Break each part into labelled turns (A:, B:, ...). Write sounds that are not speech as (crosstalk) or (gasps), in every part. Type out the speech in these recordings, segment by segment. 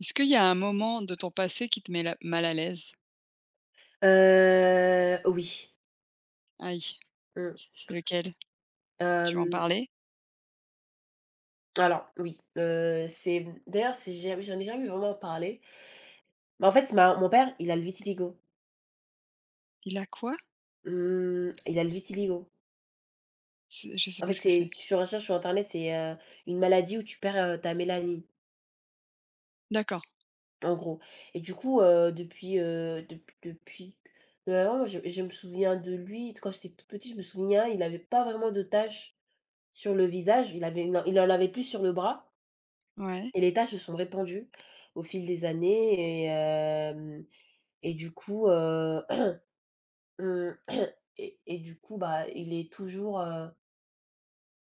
A: Est-ce qu'il y a un moment de ton passé qui te met la mal à l'aise?
B: Oui.
A: Aïe,
B: Mmh.
A: c'est lequel? Tu veux en
B: Hem,
A: parler?
B: alors oui, c'est d'ailleurs, c'est jamais j'en ai jamais vraiment parlé, mais en fait, ma mon père, il a le vitiligo.
A: Il a quoi?
B: Mmh, il a le vitiligo.
A: C'est je sais
B: En
A: pas
B: fait,
A: ce que c'est.
B: c'est tu recherches sur internet, c'est, une maladie où tu perds, ta mélanine,
A: D'accord,
B: en gros. Et du coup, depuis, depuis vraiment moi je me souviens de lui, quand j'étais toute petite, je me souviens, il avait pas vraiment de taches sur le visage, il en avait plus sur le bras.
A: ouais,
B: Et les tâches se sont répandues au fil des années et du coup, (clears throat) (clears throat) et du coup, bah, il est toujours,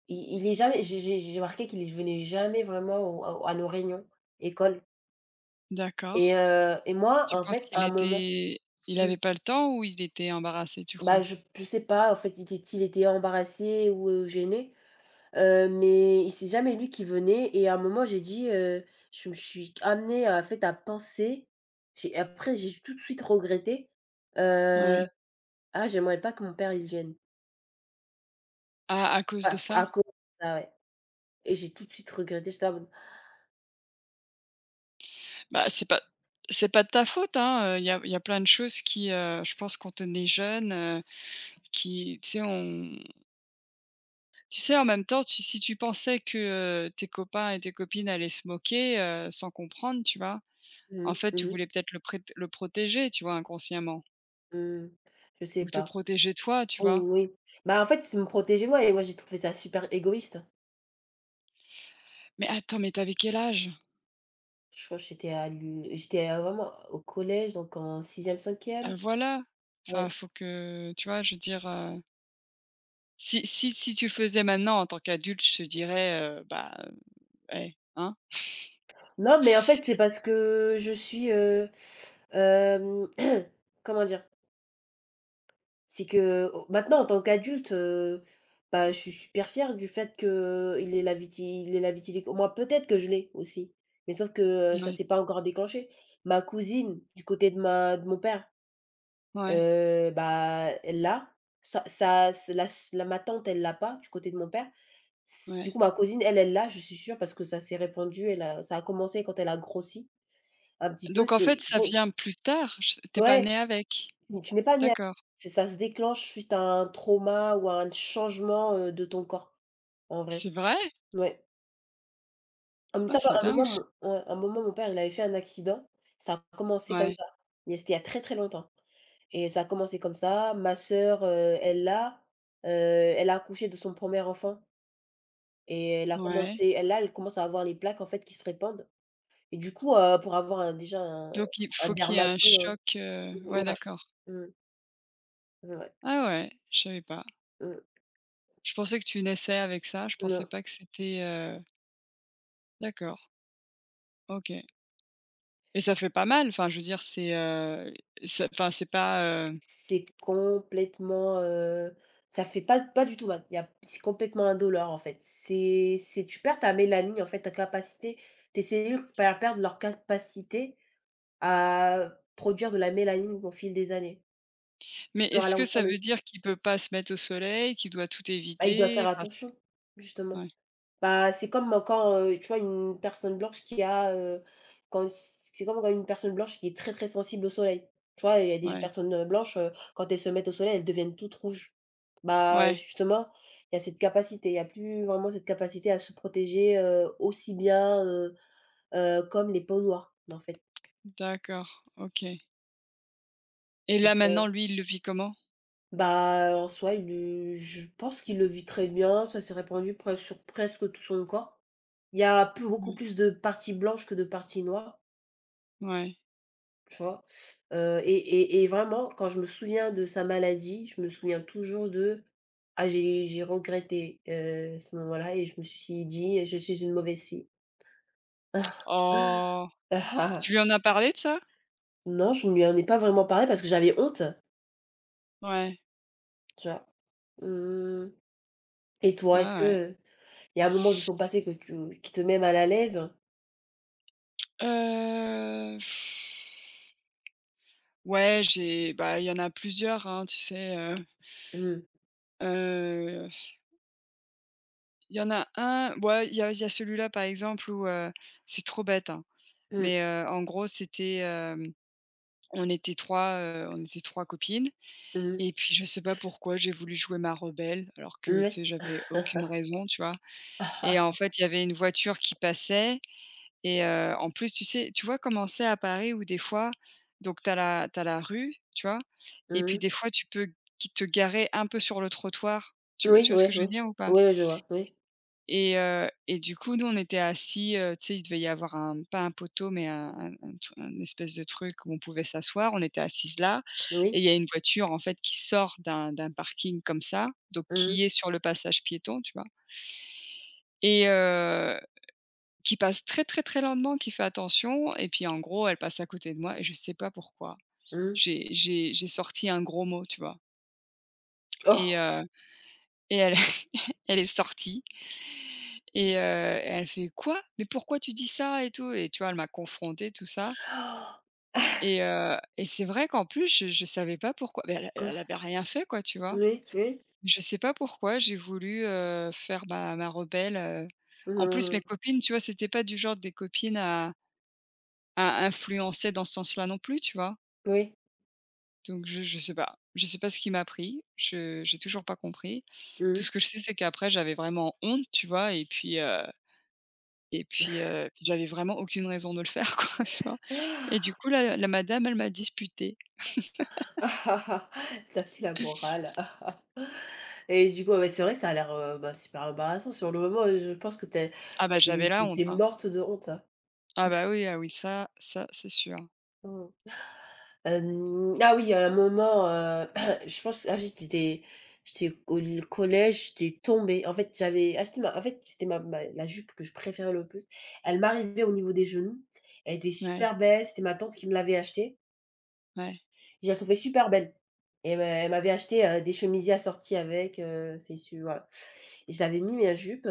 B: il est jamais j'ai remarqué qu'il il venait jamais vraiment au à au à nos réunions école et
A: d'accord.
B: heu et moi,
A: Tu
B: en
A: penses
B: fait,
A: qu'il
B: à un moment.
A: était il
B: Mmh,
A: avait pas le temps ou il était embarrassé, tu
B: bah,
A: crois?
B: je sais pas, en fait, il était embarrassé ou, gêné. Mais c'est jamais lui qui venait et à un moment j'ai dit, je me suis amenée en fait à penser, j'ai après j'ai tout de suite regretté, heu:
A: Ouais.
B: «Ah j'aimerais pas que mon père il vienne».
A: À cause de
B: À
A: ça?
B: à cause de ça, ouais, et j'ai tout de suite regretté, j'étais là en mode:
A: Bah, c'est pas de ta faute, hein, il y a plein de choses qui, je pense quand on est jeune, qui tu sais, on tu sais, en même temps, tu si tu pensais que, tes copains et tes copines allaient se moquer, sans comprendre, tu vois? En
B: «Mmh
A: fait, tu
B: mh,
A: voulais peut-être le protéger, tu vois, inconsciemment
B: mmh je sais
A: ou te
B: pas».
A: protéger toi, tu
B: Oui,
A: vois?
B: oui, oui. Bah, en fait, il me protégeait, moi et moi j'ai trouvé ça super égoïste.
A: Mais attends, mais tu avais quel âge?
B: Je crois que j'étais à l'uni j'étais, vraiment au collège donc en sixième cinquième.
A: Voilà, enfin,
B: Ouais.
A: faut que tu vois, je veux dire, si tu le faisais maintenant en tant qu'adulte, je te dirais, bah, eh, hein?
B: Non, mais en fait, c'est parce que je suis, hem, (clears throat) comment dire? C'est que au maintenant en tant qu'adulte, bah, je suis super fière du fait que il est la vitiligo. Moi, peut-être que je l'ai aussi, mais sauf que, ça
A: Ouais,
B: s'est pas encore déclenché. Ma cousine, du côté de ma de mon père,
A: ouais,
B: bah, elle l'a. Ça ça s la la Ma tante, elle l'a pas, du côté de mon père. S Du
A: ouais.
B: coup, ma cousine, elle, elle l'a, je suis sûre parce que ça s'est répandu, elle a ça a commencé quand elle a grossi. Un petit peu,
A: Donc en fait,
B: c'est
A: ça
B: faut
A: vient plus tard, je tu pas
B: ouais,
A: né avec?
B: tu n'es pas né avec,
A: D'accord.
B: c'est ça se déclenche suite à un trauma ou à un changement, de ton corps, en vrai.
A: C'est vrai?
B: Ouais. En même
A: Ah,
B: temps,
A: c'est
B: à un
A: dingue
B: moment mon ouais, à un moment, mon père, il avait fait un accident, ça a commencé comme
A: ouais,
B: ça, mais c'était il y a très, très longtemps et ça a commencé comme ça. Ma sœur, elle l'a, elle a accouché de son premier enfant et elle a
A: ouais.
B: commencé elle là, elle commence à avoir les plaques, en fait, qui se répandent et du coup, pour avoir un déjà un
A: Donc il faut qu'il y ait un
B: dermato,
A: choc, ouais,
B: ouais,
A: d'accord.
B: mmh, ouais,
A: Ah ouais, je savais pas.
B: mmh,
A: Je pensais que tu naissais avec ça, je pensais
B: mmh.
A: pas que c'était, d'accord, OK, et ça fait pas mal, enfin je veux dire c'est, ça enfin c'est pas, heu
B: C'est complètement, ça fait pas du tout mal. Il y a C'est complètement indolore, en fait. C'est tu perds ta mélanine, en fait, ta capacité tes cellules perdent leur capacité à produire de la mélanine au fil des années.
A: mais
B: Tu peux
A: est-ce que
B: ralentir
A: ça
B: le
A: veut dire qu'il peut pas se mettre au soleil, qu'il doit tout
B: Bah, ils doivent faire
A: éviter? Enfin
B: attention,
A: c'est
B: justement.
A: ouais,
B: Bah, c'est comme, quand, tu vois une personne blanche qui a, quand c'est comme quand une personne blanche qui est très, très sensible au soleil. Tu vois, il y a des
A: ouais,
B: personnes, blanches, quand elles se mettent au soleil, elles deviennent toutes rouges. Bah,
A: ouais,
B: justement, il y a plus vraiment cette capacité à se protéger, aussi bien, comme les peaux noires, en fait.
A: d'accord, OK, et là
B: Donc,
A: maintenant lui, il le vit comment?
B: bah, en soi, il le je pense qu'il le vit très bien, ça s'est répandu pres sur presque tout son corps. Il y a plus Beaucoup
A: Mmh,
B: plus de parties blanches que de parties noires.
A: ouais.
B: Tu vois? Vraiment, quand je me souviens de sa maladie, je me souviens toujours de: «Ah j'ai regretté, ce moment-là et je me suis dit: "Je suis une mauvaise fille."».
A: Oh!
B: (laughs)
A: Tu
B: Ah.
A: lui en as parlé de ça?
B: Non, je ne lui en ai pas vraiment parlé parce que j'avais honte,
A: Ouais,
B: tu vois? Mmh. Et
A: ouais,
B: toi, est-ce
A: ouais.
B: que il y a un moment de son passé que tu qui te met mal à l'aise?
A: Heu, ouais, j'ai bah, il y en a plusieurs, hein, tu sais,
B: Mmh.
A: heu Il y en a un ouais, il y a celui-là, par exemple, où, c'est trop bête, hein,
B: Mmh.
A: mais en gros, c'était, on était 3 copines,
B: Mmh.
A: et puis je sais pas pourquoi j'ai voulu jouer ma rebelle alors que, tu
B: Ouais.
A: sais, j'avais aucune raison, tu vois? Et en
B: (laughs)
A: fait, il y avait une voiture qui passait, et en plus, tu sais tu vois comment c'est à Paris où des fois, donc t'as la rue, tu vois? Et puis
B: Mmh.
A: des fois, tu peux qui te garer un peu sur le trottoir,
B: Oui,
A: tu vois ce
B: oui,
A: que je veux
B: oui.
A: dire ou pas?
B: Oui, je vois, oui.
A: Et et du coup, nous, on était assis, tu sais, il devait y avoir un pas un poteau, mais un espèce de truc où on pouvait s'asseoir. On était assises là, et il
B: Oui.
A: y a une voiture, en fait, qui sort d'un parking comme ça, donc qui
B: Mmh.
A: est sur le passage piéton, tu vois? Et qui passe très, très, très lentement, qui fait attention, et puis, en gros, elle passe à côté de moi et je sais pas pourquoi.
B: Mmh.
A: J'ai sorti un gros mot, tu vois? Et et elle Elle est sortie, et elle fait: «Quoi? Mais pourquoi tu dis ça?» et tout et tu vois, elle m'a confrontée, tout ça,
B: Oh!
A: et et c'est vrai qu'en plus, je savais pas pourquoi, mais elle
B: (gasps)
A: avait rien fait, quoi, tu vois?
B: Oui, oui.
A: Je sais pas pourquoi j'ai voulu, faire ma rebelle. En
B: Mmh
A: plus, mes
B: mmh.
A: copines, tu vois, c'était pas du genre des copines à influencer dans ce sens-là non plus, tu vois?
B: Oui.
A: Donc je sais pas. Je sais pas ce qui m'a pris. Je J'ai toujours pas compris. Tout
B: Mmh.
A: ce que je sais, c'est qu'après j'avais vraiment honte, tu vois? Et puis, et puis, puis j'avais vraiment aucune raison de le faire (laughs) quoi, tu vois? Et du coup la madame elle m'a disputée.
B: Tu as (laughs) fait la morale. (laughs) Et du coup, ouais, c'est vrai que ça a l'air, bah, super embarrassant sur le moment. Je pense que t'es,
A: Ah bah, j'avais
B: es tu
A: la honte,
B: étais
A: hein.
B: morte de honte.
A: Ah bah, oui, ah oui, ça c'est sûr.
B: Mmh. Ah oui, à un moment, (clears throat) je pense, ah oui, j'étais j'étais au l collège, j'étais tombée. En fait, j'avais acheté ma en fait, c'était ma ma la jupe que je préférais le plus. Elle m'arrivait au niveau des genoux. Elle était
A: Ouais,
B: super belle, c'était ma tante qui me l'avait achetée.
A: ouais,
B: Je l'ai trouvée super belle et elle m'avait acheté, des chemisiers assortis avec, c'est sûr. Voilà. Et je l'avais mis ma jupe.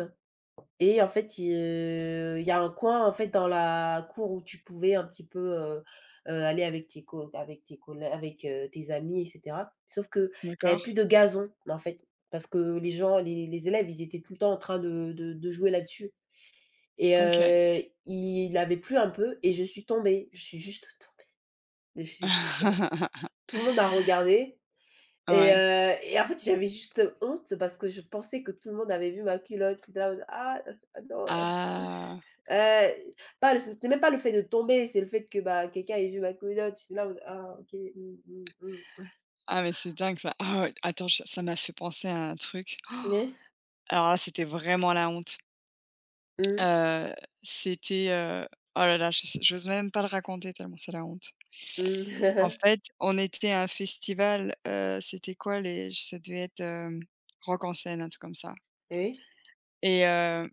B: Et en fait, il y a un coin, en fait, dans la cour où tu pouvais un petit peu, aller avec, tes amis et cetera. Sauf que il y avait
A: d'accord,
B: plus de gazon, en fait, parce que les élèves, ils étaient tout le temps en train de jouer là-dessus et
A: OK.
B: il avait plu un peu et je suis tombée. Je suis juste tombée, je suis juste tombée.
A: (laughs)
B: Tout le monde m'a regardée et
A: Ouais.
B: heu et en fait, j'avais juste honte parce que je pensais que tout le monde avait vu ma culotte. J'étais là en mode: «Ah, non».
A: Ah!
B: Heu, pas le c'était même pas le fait de tomber, c'est le fait que, bah, quelqu'un ait vu ma culotte. J'étais là en mode: «Ah OK, mmh, mmh, mmh».
A: Ah mais c'est dingue ça. Ah ouais, attends, je ça m'a fait penser à un truc. Oh,
B: Oui.
A: alors là, c'était vraiment la honte.
B: Mmh,
A: Heu, C'était, oh là là, je j'ose même pas le raconter tellement c'est la honte. En
B: mmh.
A: fait, on était à un festival, c'était quoi les ça devait être, Rock en scène, un truc comme ça,
B: (laughs) Oui,
A: et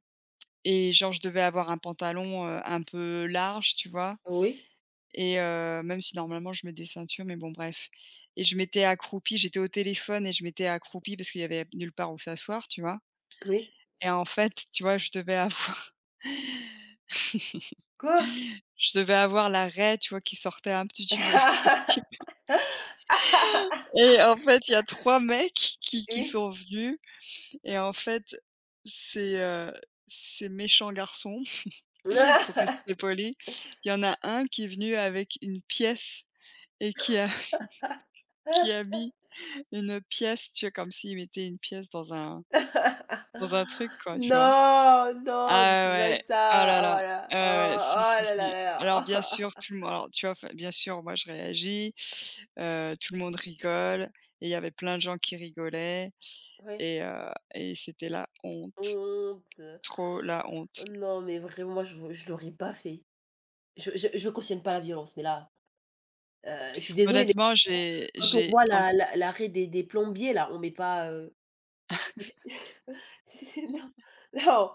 A: et genre je devais avoir un pantalon, un peu large, tu vois?
B: oui,
A: Et même si normalement je mets des ceintures, mais bon bref, et je m'étais accroupie, j'étais au téléphone et je m'étais accroupie parce qu'il y avait nulle part où s'asseoir, tu vois?
B: oui.
A: Et en fait, tu vois, je devais avoir (laughs)
B: Quoi?
A: je devais avoir la raie, tu vois, qui sortait un petit tu veux (laughs) un petit peu,
B: (laughs)
A: et en fait, il y a 3 mecs qui
B: Oui.
A: sont venus et en fait, ces, ces méchants garçons, (laughs) pour
B: (laughs)
A: rester poli, il y en a un qui est venu avec une pièce et qui a (laughs) qui a mis une pièce, tu vois, comme s'il mettait une pièce dans un truc quoi, tu vois?
B: Non, non,
A: Ah
B: dis pas
A: ouais, ah
B: ça.
A: là
B: Oh
A: là,
B: là
A: ouais, ouais,
B: oh
A: si, si,
B: oh là là
A: si. Alors
B: là
A: bien sûr,
B: là.
A: tout le monde alors tu vois, enfin, bien sûr, moi je réagis, tout le monde rigole, et il y avait plein de gens qui rigolaient,
B: (laughs) Oui,
A: et et c'était la honte,
B: honte.
A: trop la honte.
B: Non, mais vraiment, moi, je l'aurais pas fait. Je cautionne pas la violence, mais là, heu, je suis désolée, mais
A: Honnêtement, j'ai
B: quand on
A: j'ai
B: voit
A: en
B: la la l'arrêt des plombiers là, on met pas, (laughs) (unintelligible) c'est non, non,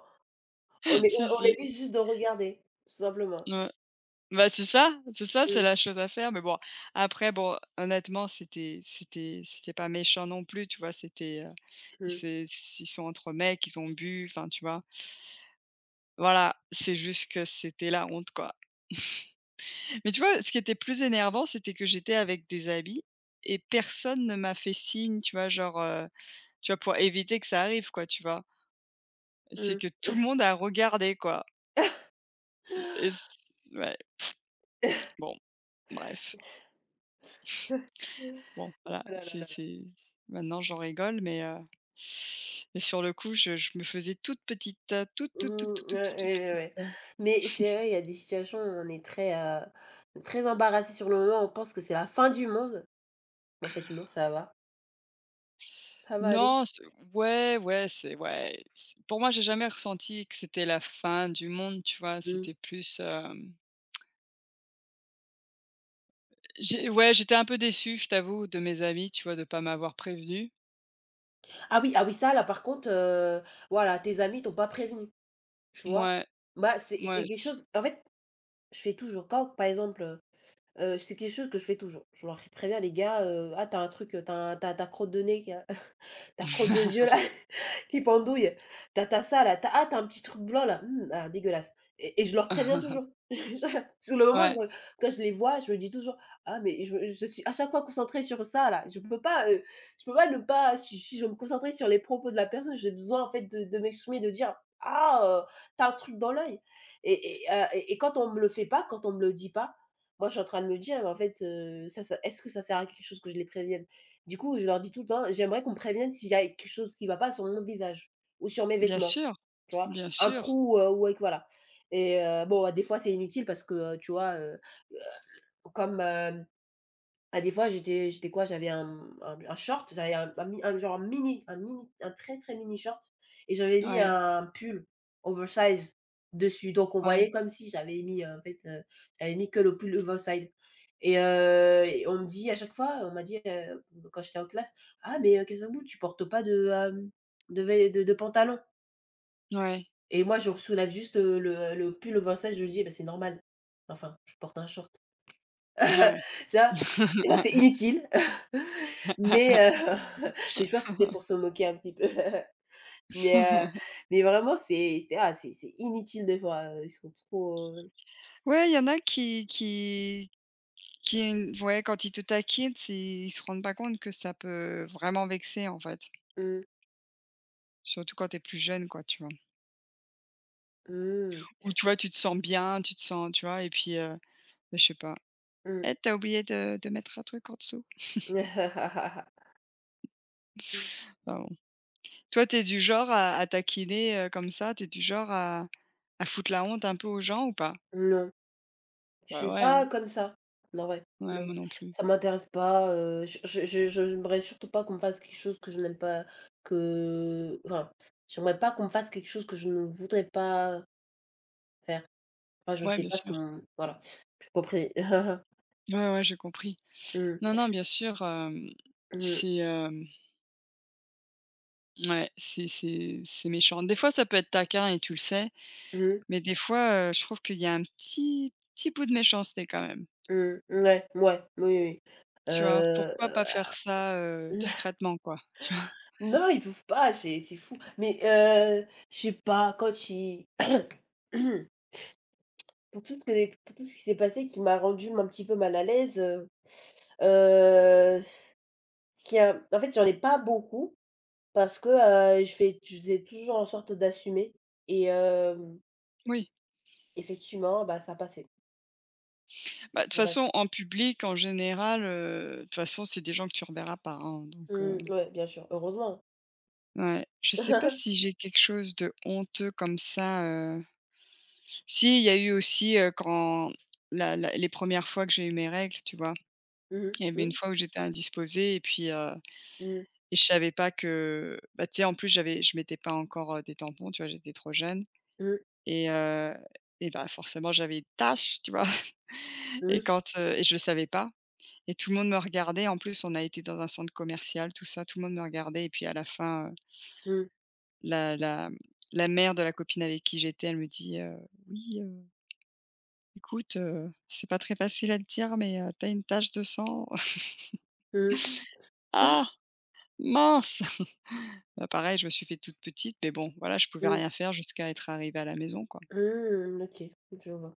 A: (laughs) si,
B: on
A: si,
B: évite juste de regarder, tout simplement.
A: ouais. Bah, c'est ça, c'est
B: Mmh,
A: la chose à faire, mais bon, après bon, honnêtement, c'était c'était pas méchant non plus, tu vois? C'était,
B: mmh,
A: c'est ils sont entre mecs, ils ont bu, enfin, tu vois? Voilà, c'est juste que c'était la honte, quoi. Mais tu vois, ce qui était plus énervant, c'était que j'étais avec des amis et personne ne m'a fait signe, tu vois, genre, tu vois, pour éviter que ça arrive, quoi, tu vois? C'est
B: mmh.
A: que tout le monde a regardé, quoi, et c ouais, bon, bref, bon, voilà,
B: Ah là là là là.
A: c'est maintenant j'en rigole, mais sur le coup, je me faisais toute petite, toute, toute, toute, toute,
B: Mmh,
A: toute,
B: ouais,
A: toute,
B: ouais,
A: toute
B: ouais, ouais.
A: petite.
B: Mais c'est vrai, il y a des situations où on est très, très embarrassé sur le moment, on pense que c'est la fin du monde. Mais en fait non, ça va aller.
A: Non, c'est ouais, ouais, c'est pour moi, j'ai jamais ressenti que c'était la fin du monde, tu vois?
B: Mmh.
A: C'était plus, j'ai ouais, j'étais un peu déçue, je t'avoue, de mes amis, tu vois, de pas m'avoir prévenu.
B: Ah oui, ah oui, ça là par contre, voilà, tes amis t'ont pas prévenu, tu vois?
A: Mouais,
B: Bah, c'est
A: mouais.
B: quelque chose en fait, je fais toujours quand, par exemple, c'est quelque chose que je fais toujours. Je leur préviens: «Les gars, ah t'as un truc, t'as as tu ta crotte de nez, (laughs) ta crotte de yeux là» qui pendouille. T'as ça là, t'as as: «Ah, tu un petit truc blanc là, mmh, ah dégueulasse» et je leur préviens toujours.
A: (laughs)
B: (laughs) Sur le moment, je
A: Ouais,
B: quand je les vois, je me dis toujours: «Ah mais je suis à chaque fois concentrée sur ça là, je peux pas ne pas si je veux me concentrer sur les propos de la personne, j'ai besoin en fait de m'exprimer, de dire: "Ah, tu un truc dans l'œil" et quand on me le fait pas, quand on me le dit pas, moi je suis en train de me dire: «En fait, ça ça est-ce que ça sert à quelque chose que je les prévienne?» Du coup, je leur dis tout le temps: «J'aimerais qu'on me prévienne si j'ai quelque chose qui va pas sur mon visage ou sur mes
A: bien
B: vêtements»,
A: sûr,
B: tu vois?
A: bien
B: Un
A: sûr.
B: trou, ou avec voilà. Et bon, bah, des fois, c'est inutile parce que, tu vois, comme, ah des fois j'étais quoi? J'avais un short, j'avais un mi un genre un mini un mini un très, très mini short et j'avais mis
A: Ouais,
B: un pull oversize dessus. Donc on
A: ouais,
B: voyait comme si j'avais mis, en fait, j'avais mis que le pull oversize et on me dit à chaque fois, on m'a dit, quand j'étais en classe: «Ah mais, Kassabou, tu portes pas de, de vê de pantalon»
A: ouais,
B: et moi je soulève juste, le pull oversize, je me dis: «Bah, c'est normal, enfin, je porte un short». (laughs)
A: ouais.
B: Tu vois? Tu vois, c'est inutile, (laughs) mais
A: (laughs)
B: (laughs) mais je pense que c'était pour se moquer un petit peu. (laughs) Mais heu, mais vraiment c'est ah, c'est inutile des fois, ils sont trop,
A: Ouais, il y en a qui qui ouais, quand ils te taquinent, c'est ils se rendent pas compte que ça peut vraiment vexer, en fait.
B: mmh,
A: Surtout quand tu es plus jeune, quoi, tu vois?
B: mmh,
A: Ou tu vois, tu te sens bien, tu te sens tu vois? Et puis, bah, je sais pas:
B: mmh.
A: «Eh, tu oublié de mettre un truc en dessous».
B: (laughs)
A: Enfin bon. Toi, t'es du genre à taquiner, comme ça? T'es du genre à foutre la honte un peu aux gens ou pas?
B: Non, je
A: Bah,
B: suis
A: ouais, hein.
B: pas comme ça. Non, ouais,
A: Ouais,
B: non,
A: moi non plus.
B: ça m'intéresse pas, je n'aimerais surtout pas qu'on me fasse quelque chose que je n'aime pas, que enfin, j'aimerais pas qu'on me fasse quelque chose que je ne voudrais pas faire. Enfin, je ne
A: Ouais,
B: fais
A: bien
B: pas ce
A: sûr.
B: qu'on voilà. Compris. (laughs)
A: Ouais, ouais, j'ai compris. Non,
B: Mmh.
A: non, bien sûr,
B: Mmh.
A: c'est, ouais, c'est c'est méchant. Des fois, ça peut être taquin et tu le sais,
B: Mmh.
A: mais des fois, je trouve qu'il y a un petit bout de méchanceté quand même.
B: Mmh. Mouais, mouais. Oui, oui, oui.
A: Tu vois? Pourquoi pas faire ça,
B: (laughs)
A: discrètement quoi, (laughs) tu vois?
B: Non, ils peuvent pas, c'est fou. Mais, je sais pas, quand ils (clears throat) pour tout ce qui s'est passé qui m'a rendu un petit peu mal à l'aise, heu, ce qui a en fait, j'en ai pas beaucoup parce que, je faisais toujours en sorte d'assumer et
A: Oui.
B: effectivement, bah, ça passait,
A: Bah, de toute
B: ça passait.
A: façon en public en général, de toute façon c'est des gens que tu reverras pas, hein, donc
B: Mmh, ouais, bien sûr, heureusement.
A: ouais. Je sais pas si
B: (laughs)
A: j'ai quelque chose de honteux comme ça, si, il y a eu aussi, quand la la les premières fois que j'ai eu mes règles, tu vois?
B: Mmh.
A: Il y avait une
B: Oui.
A: fois où j'étais indisposée, et puis,
B: Mmh.
A: et je savais pas que bah, tu sais en plus j'avais je mettais pas encore, des tampons, tu vois? J'étais trop jeune,
B: Mmh,
A: et et bah, forcément j'avais des taches, tu vois? Et
B: mmh,
A: quand, et je le savais pas et tout le monde me regardait. En plus, on a été dans un centre commercial, tout ça, tout le monde me regardait et puis à la fin,
B: mmh,
A: la la la mère de la copine avec qui j'étais, elle me dit, «Oui, écoute, c'est pas très facile à te dire, mais, tu une tache de sang». (laughs)
B: mmh,
A: Ah! Mince! Bah, pareil, je me suis fait toute petite, mais bon, voilà, je pouvais
B: mmh,
A: rien faire jusqu'à être arrivée à la maison, quoi.
B: mmh, OK, je vois.